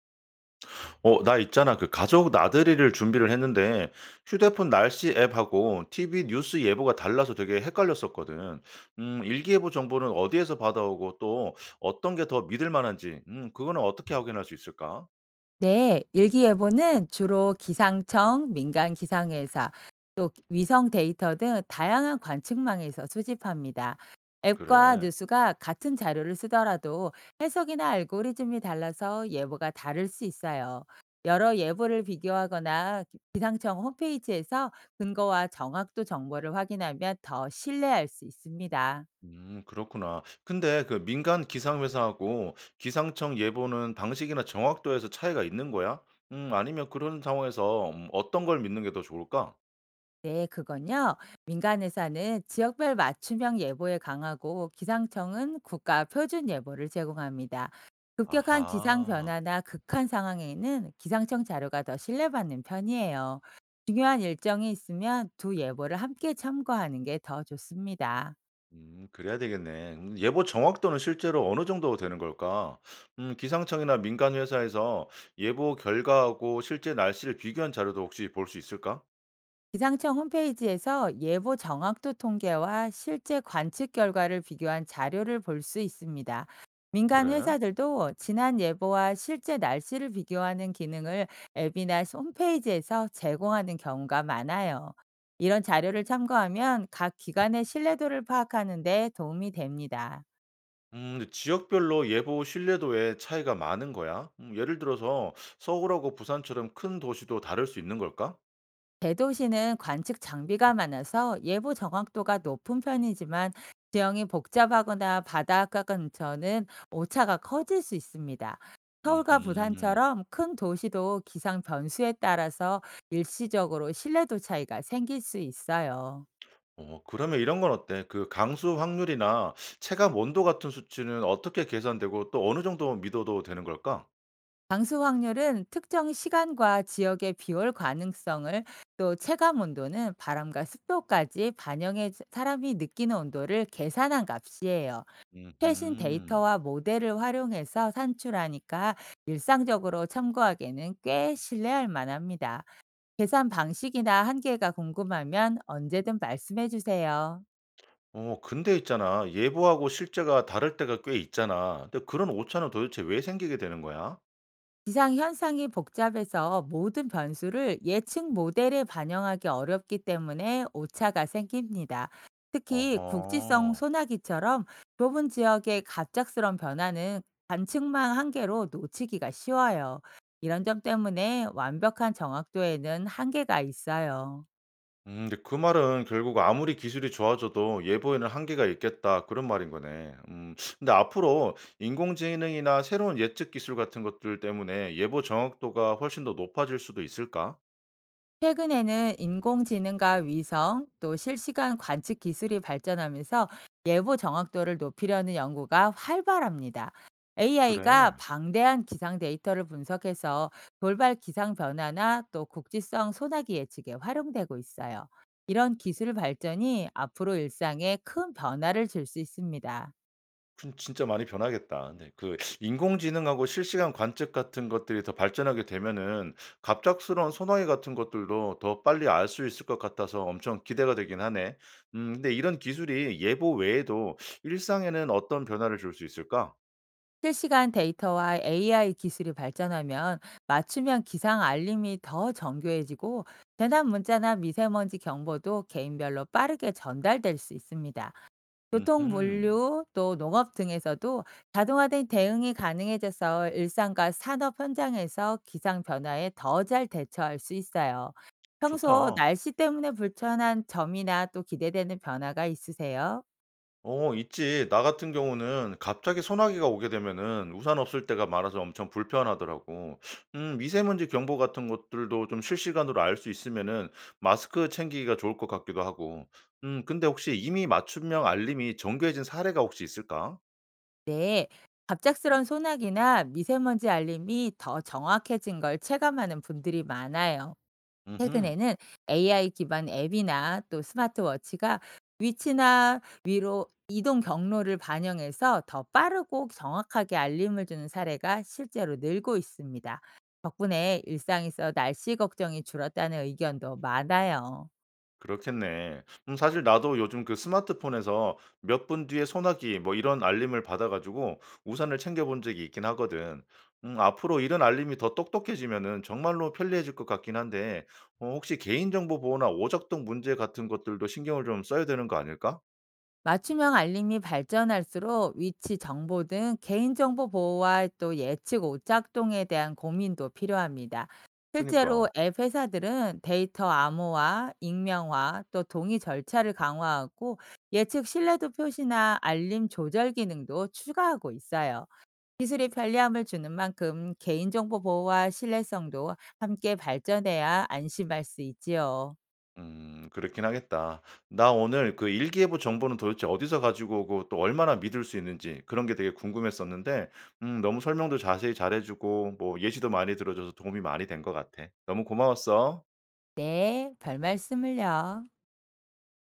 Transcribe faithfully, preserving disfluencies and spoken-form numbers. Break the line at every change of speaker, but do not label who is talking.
어, 나 있잖아. 그 가족 나들이를 준비를 했는데 휴대폰 날씨 앱하고 티비 뉴스 예보가 달라서 되게 헷갈렸었거든. 음, 일기예보 정보는 어디에서 받아오고 또 어떤 게 더 믿을 만한지, 음, 그거는 어떻게 확인할 수 있을까?
네, 일기예보는 주로 기상청, 민간 기상회사, 또 위성 데이터 등 다양한 관측망에서 수집합니다. 앱과
그래.
뉴스가 같은 자료를 쓰더라도 해석이나 알고리즘이 달라서 예보가 다를 수 있어요. 여러 예보를 비교하거나 기- 상청 홈페이지에서 근거와 정확도 정보를 확인하면 더 신뢰할 수 있습니다.
음, 그렇구나. 근데 그 민간 기상회사하고 기상청 예보는 방식이나 정확도에서 차이가 있는 거야? 음, 아니면 그런 상황에서 음, 어떤 걸 믿는 게 더 좋을까?
네, 그건요. 민간 회사는 지역별 맞춤형 예보에 강하고 기상청은 국가 표준 예보를 제공합니다. 급격한 기상
아하.
변화나 극한 상황에는 기상청 자료가 더 신뢰받는 편이에요. 중요한 일정이 있으면 두 예보를 함께 참고하는 게 더 좋습니다.
음 그래야 되겠네. 음 예보 정확도는 실제로 어느 정도 되는 걸까? 음 기상청이나 민간 회사에서 예보 결과하고 실제 날씨를 비교한 자료도 혹시 볼 수 있을까?
기상청 홈페이지에서 예보 정확도 통계와 실제 관측 결과를 비교한 자료를 볼 수 있습니다. 민간
그래?
회사들도 지난 예보와 실제 날씨를 비교하는 기능을 앱이나 홈페이지에서 제공하는 경우가 많아요. 이런 자료를 참고하면 각 기관의 신뢰도를 파악하는 데 도움이 됩니다.
음 근데 지역별로 예보 신뢰도에 차이가 많은 거야? 음 예를 들어서 서울하고 부산처럼 큰 도시도 다를 수 있는 걸까?
대도시는 관측 장비가 많아서 예보 정확도가 높은 편이지만 지형이 복잡하거나 바닷가 근처는 오차가 커질 수 있습니다. 서울과
음흠.
부산처럼 큰 도시도 기상 변수에 따라서 일시적으로 신뢰도 차이가 생길 수 있어요.
어 그러면 이런 건 어때? 그 강수 확률이나 체감 온도 같은 수치는 어떻게 계산되고 또 어느 정도 믿어도 되는 걸까?
강수 확률은 특정 시간과 지역의 비올 가능성을, 또 체감 온도는 바람과 습도까지 반영해 사람이 느끼는 온도를 계산한 값이에요. 최신
음흠.
데이터와 모델을 활용해서 산출하니까 일상적으로 참고하기에는 꽤 신뢰할 만합니다. 계산 방식이나 한계가 궁금하면 언제든 말씀해 주세요.
어 근데 있잖아. 예보하고 실제가 다를 때가 꽤 있잖아. 근데 그런 오차는 도대체 왜 생기게 되는 거야?
기상 현상이 복잡해서 모든 변수를 예측 모델에 반영하기 어렵기 때문에 오차가 생깁니다. 특히 국지성
어허.
소나기처럼 좁은 지역의 갑작스런 변화는 관측망 한계로 놓치기가 쉬워요. 이런 점 때문에 완벽한 정확도에는 한계가 있어요.
음 근데 그 말은 결국 아무리 기술이 좋아져도 예보에는 한계가 있겠다 그런 말인 거네. 음 근데 앞으로 인공지능이나 새로운 예측 기술 같은 것들 때문에 예보 정확도가 훨씬 더 높아질 수도 있을까?
최근에는 인공지능과 위성, 또 실시간 관측 기술이 발전하면서 예보 정확도를 높이려는 연구가 활발합니다. 에이아이가
그래.
방대한 기상 데이터를 분석해서 돌발 기상 변화나 또 국지성 소나기 예측에 활용되고 있어요. 이런 기술 발전이 앞으로 일상에 큰 변화를 줄 수 있습니다.
진 진짜 많이 변하겠다. 네. 그 인공지능하고 실시간 관측 같은 것들이 더 발전하게 되면은 갑작스러운 소나기 같은 것들도 더 빨리 알 수 있을 것 같아서 엄청 기대가 되긴 하네. 음 근데 이런 기술이 예보 외에도 일상에는 어떤 변화를 줄 수 있을까?
실시간 데이터와 에이아이 기술이 발전하면 맞춤형 기상 알림이 더 정교해지고 재난 문자나 미세먼지 경보도 개인별로 빠르게 전달될 수 있습니다. 교통,
음
물류, 또 농업 등에서도 자동화된 대응이 가능해져서 일상과 산업 현장에서 기상 변화에 더 잘 대처할 수 있어요. 평소
좋다.
날씨 때문에 불편한 점이나 또 기대되는 변화가 있으세요?
어 있지. 나 같은 경우는 갑자기 소나기가 오게 되면은 우산 없을 때가 많아서 엄청 불편하더라고. 음 미세먼지 경보 같은 것들도 좀 실시간으로 알 수 있으면은 마스크 챙기기가 좋을 것 같기도 하고. 음 근데 혹시 이미 맞춤형 알림이 정교해진 사례가 혹시 있을까?
네, 갑작스런 소나기나 미세먼지 알림이 더 정확해진 걸 체감하는 분들이 많아요.
음흠.
최근에는 에이아이 기반 앱이나 또 스마트워치가 위치나 위로 이동 경로를 반영해서 더 빠르고 정확하게 알림을 주는 사례가 실제로 늘고 있습니다. 덕분에 일상에서 날씨 걱정이 줄었다는 의견도 많아요.
그렇겠네. 음 사실 나도 요즘 그 스마트폰에서 몇 분 뒤에 소나기 뭐 이런 알림을 받아 가지고 우산을 챙겨 본 적이 있긴 하거든. 음 앞으로 이런 알림이 더 똑똑해지면은 정말로 편리해질 것 같긴 한데 어 혹시 개인정보 보호나 오작동 문제 같은 것들도 신경을 좀 써야 되는 거 아닐까?
맞춤형 알림이 발전할수록 위치 정보 등 개인정보 보호와 또 예측 오작동에 대한 고민도 필요합니다. 실제로
그니까.
앱 회사들은 데이터 암호화, 익명화, 또 동의 절차를 강화하고 예측 신뢰도 표시나 알림 조절 기능도 추가하고 있어요. 기술이 편리함을 주는 만큼 개인정보 보호와 신뢰성도 함께 발전해야 안심할 수 있지요.
음 그렇긴 하겠다. 나 오늘 그 일기예보 정보는 도대체 어디서 가지고 오고 또 얼마나 믿을 수 있는지 그런 게 되게 궁금했었는데 음 너무 설명도 자세히 잘해 주고 뭐 예시도 많이 들어 줘서 도움이 많이 된 것 같아. 너무 고마웠어.
네, 별 말씀을요.